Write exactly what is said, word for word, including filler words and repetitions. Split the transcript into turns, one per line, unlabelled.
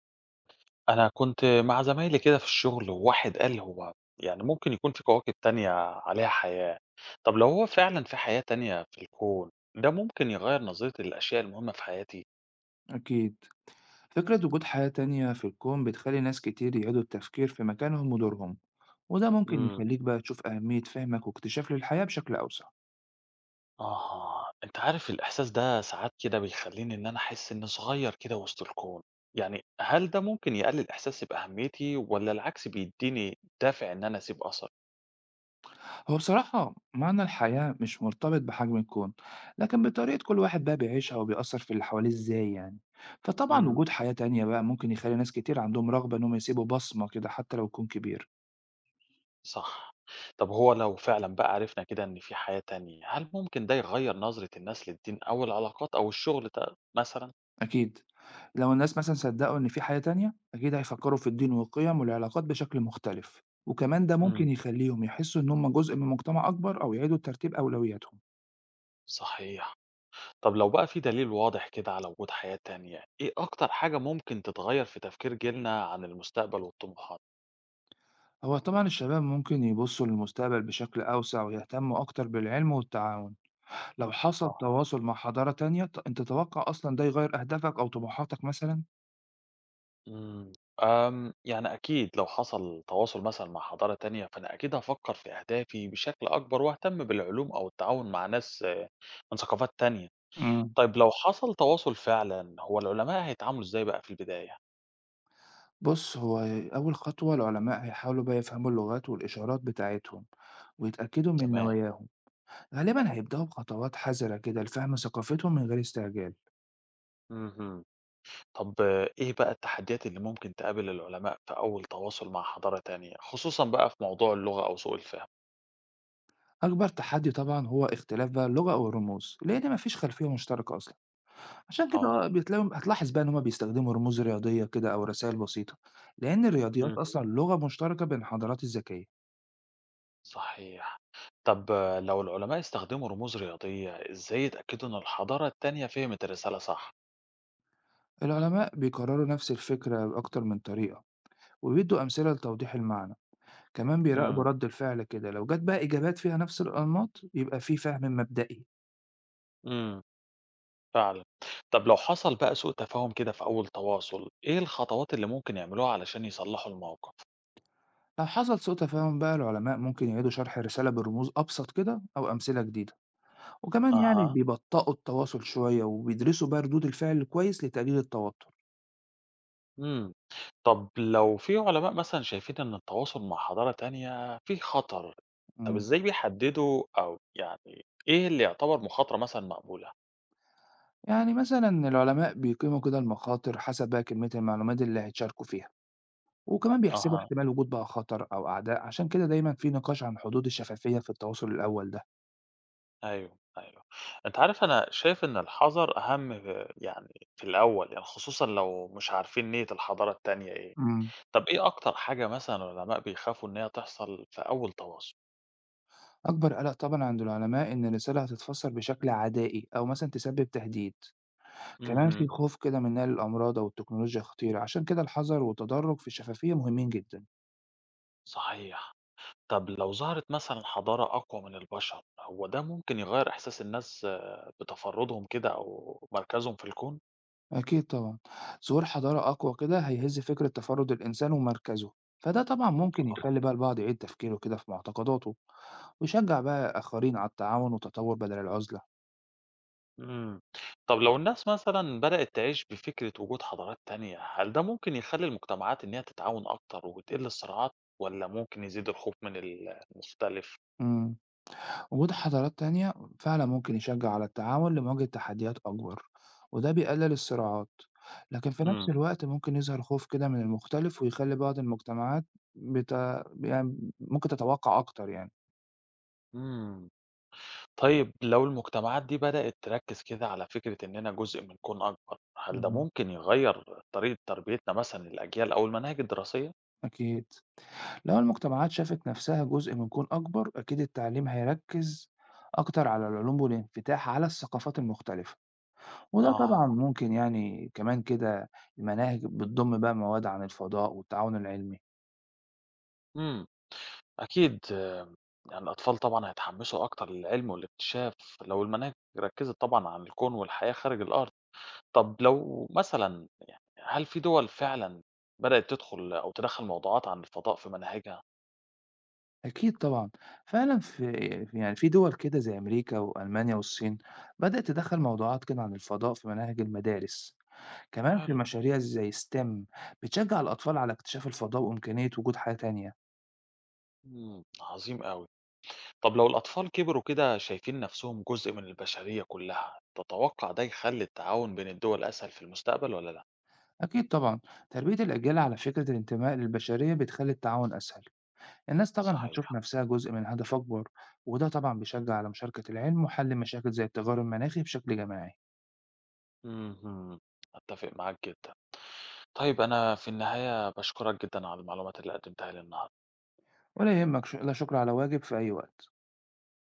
أنا كنت مع زمايلي كده في الشغل وواحد قال هو يعني ممكن يكون في كواكب تانية عليها حياة. طب لو هو فعلا في حياة تانية في الكون ده ممكن يغير نظرتي للأشياء المهمة في حياتي.
أكيد. فكرة وجود حياة تانية في الكون بتخلي ناس كتير يعيدوا التفكير في مكانهم ودورهم، وده ممكن
امم
يخليك بقى تشوف أهمية فهمك واكتشاف للحياة بشكل أوسع.
آه، أنت عارف الإحساس ده ساعات كده بيخليني إن أنا أحس إني صغير كده وسط الكون. يعني هل ده ممكن يقلل إحساسي بأهميتي ولا العكس بيديني دافع إن أنا أسيب
هو بصراحة معنى الحياة مش مرتبط بحجم الكون، لكن بطريقة كل واحد بقى بيعيشها وبيأثر في اللي حواليه إزاي يعني. فطبعا
أثر؟
وجود حياة تانية بقى ممكن يخلي ناس كتير عندهم رغبة إنهم يسيبوا بصمة كده حتى لو الكون كبير.
صح. طب هو لو فعلًا بقى عرفنا كده إن في حياة تانية، هل ممكن ده يغيّر نظرة الناس للدين أو العلاقات أو الشغل ت مثلًا؟
أكيد، لو الناس مثلًا صدّقوا إن في حياة تانية، أكيد هيفكّروا في الدين والقيم والعلاقات بشكل مختلف، وكمان ده ممكن
إمم.
يخلّيهم يحسّوا إن هم جزء من مجتمع أكبر أو يعيدوا ترتيب أولوياتهم.
صحيح. طب لو بقى في دليل واضح كده على وجود حياة تانية، إيه أكتر حاجة ممكن تتغيّر في تفكير جيلنا عن المستقبل والطموحات؟
هو طبعًا الشباب ممكن يبُصّوا للمستقبل بشكل أوسع ويهتموا أكتر بالعلم والتعاون، لو حصل
أها.
تواصل مع حضارة تانية ت أنت تتوقع أصلًا ده يغيّر أهدافك أو طموحاتك مثلًا؟
إمم. آمم، يعني أكيد لو حصل تواصل مثلًا مع حضارة تانية، فأنا أكيد هافكّر في أهدافي بشكل أكبر وأهتم بالعلوم أو التعاون مع ناس آه، من ثقافات تانية.
إمم.
طيب لو حصل تواصل فعلًا، هو العلماء هيتعاملوا إزاي بقى في البداية؟
بُص، هو أول خطوة العلماء هيحاولوا بقى يفهموا اللغات والإشارات بتاعتهم ويتأكدوا من
تمام.
نواياهم. غالبا هيبدأوا بخطوات حذرة كده لفهم ثقافتهم من غير استعجال.
اهم. طب آه، إيه بقى التحديات اللي ممكن تقابل العلماء في أول تواصل مع حضارة تانية، خصوصًا بقى في موضوع اللغة أو سوء الفهم؟
أكبر تحدي طبعا هو اختلاف بقى اللغة أو الرموز، لأن مفيش خلفية مشتركة أصلا. عشان كده
آه.
آه، بتلاقيهم هتلاحظ بقى إن هما بيستخدموا رموز رياضية كده أو رسائل بسيطة، لأن الرياضيات
اهم.
أصلا لغة مشتركة بين الحضارات الذكية.
صحيح. طب آه، لو العلماء استخدموا رموز رياضية، إزاي يتأكدوا إن الحضارة التانية فهمت الرسالة صح؟
العلماء بيكرروا نفس الفكرة بأكتر من طريقة، وبيدوا أمثلة لتوضيح المعنى. كمان بيراقبوا
إمم،
رد الفعل كده، لو جت بقى إجابات فيها نفس الأنماط يبقى في فهم مبدئي.
إمم، فعلًا. طب لو حصل بقى سوء تفاهم كده في أول تواصل، إيه الخطوات اللي ممكن يعملوها علشان يصلحوا الموقف؟
لو حصل سوء تفاهم بقى العلماء ممكن يعيدوا شرح الرسالة برموز أبسط كده أو أمثلة جديدة، وكمان يعني
أها.
بيبطئوا التواصل شوية وبيدرسوا بقى ردود الفعل كويس لتقليل التوتر.
إمم. طب لو في علماء مثلًا شايفين إن التواصل مع حضارة تانية فيه خطر، طب
مم.
إزاي بيحددوا أو يعني إيه اللي يعتبر مخاطرة مثلًا مقبولة؟
يعني مثلا العلماء بيقيموا كده المخاطر حسب بقى كمية المعلومات اللي هيتشاركوا فيها، وكمان بيحسبوا
أها.
احتمال وجود بقى خطر أو أعداء. عشان كده دايما في نقاش عن حدود الشفافية في التواصل الأول ده.
أيوه، أيوه. أنت عارف أنا شايف إن الحذر أهم ف يعني في الأول، يعني خصوصًا لو مش عارفين نية الحضارة التانية إيه.
مم.
طب إيه أكتر حاجة مثلًا العلماء بيخافوا إن هي تحصل في أول تواصل؟
أكبر قلق طبعا عند العلماء إن الرسالة هتتفسر بشكل عدائي أو مثلا تسبب تهديد. كمان في
اهم.
خوف كده من نقل الأمراض أو التكنولوجيا خطيرة، عشان كده الحذر والتدرج في الشفافية مهمين جدا.
صحيح. طب لو ظهرت مثلًا حضارة أقوى من البشر، هو ده ممكن يغيّر إحساس الناس آه، بتفردهم كده أو مركزهم في الكون؟
أكيد طبعا، ظهور حضارة أقوى كده هيهز فكرة تفرد الإنسان ومركزه، فده طبعا ممكن
آه.
يخلي بقى البعض يعيد تفكيره كده في معتقداته، ويشجع بقى آخرين على التعاون والتطور بدل العزلة.
إمم. طب لو الناس مثلًا بدأت تعيش بفكرة وجود حضارات تانية، هل ده ممكن يخلّي المجتمعات إن هي تتعاون أكتر وتقِل الصراعات والّا ممكن يزيد الخوف من ال المختلف؟
امم وجود حضارات تانية فعلا ممكن يشجع على التعاون لمواجهة تحديات أكبر، وده بيقلل الصراعات. لكن في نفس
إمم،
الوقت ممكن يظهر خوف كده من المختلف ويخلي بعض المجتمعات بت... يعني ممكن تتوقع أكتر يعني.
إمم. طيب لو المجتمعات دي بدأت تركّز كده على فكرة إننا جزء من كون أكبر، هل ده
مهم.
ممكن يغيّر طريقة تربيتنا مثلًا للأجيال أو المناهج الدراسية؟
أكيد، لو المجتمعات شافت نفسها جزء من كون أكبر أكيد التعليم هيركز أكتر على العلوم والانفتاح على الثقافات المختلفة، وده طبعا
أها.
ممكن يعني كمان كده المناهج بتضم بقى مواد عن الفضاء والتعاون العلمي.
إمم. أكيد آآ، يعني الأطفال طبعًا هيتحمّسوا أكتر للعلم والاكتشاف لو المناهج ركّزت طبعًا عن الكون والحياة خارج الأرض. طَب لو مثلًا يعني هل في دول فعلًا بدأت تدخُل أو تدخّل موضوعات عن الفضاء في مناهجها؟
أكيد طبعًا، فعلًا في في يعني في دول كده زي أمريكا وألمانيا والصين بدأت تدخّل موضوعات كده عن الفضاء في مناهج المدارس، كمان في
حلو.
مشاريع زي ستيم بتشجّع الأطفال على اكتشاف الفضاء وإمكانية وجود حياة تانية.
إمم. عظيم أوي. طَب لو الأطفال كبروا كده شايفين نَفْسهم جزء من البشرية كلّها، تتوقّع ده يخلّي التعاون بين الدول أسهل في المستقبل والّا لأ؟
أكيد طبعًا، تربية الأجيال على فكرة الانتماء للبشرية بتخلّي التعاون أسهل، الناس طبعًا
صحيح.
هتشوف نفسها جزء من هدف أكبر، وده طبعًا بيشجّع على مشاركة العلم وحل مشاكل زي التغير المناخي بشكل جماعي.
اهم. أتّفق معاك جدًا. طيب أنا في النهاية باشكرك جدًا على المعلومات اللي قدمتها لي النهارده.
ولا يهمك، ش لا شكر على واجب، في أي وقت.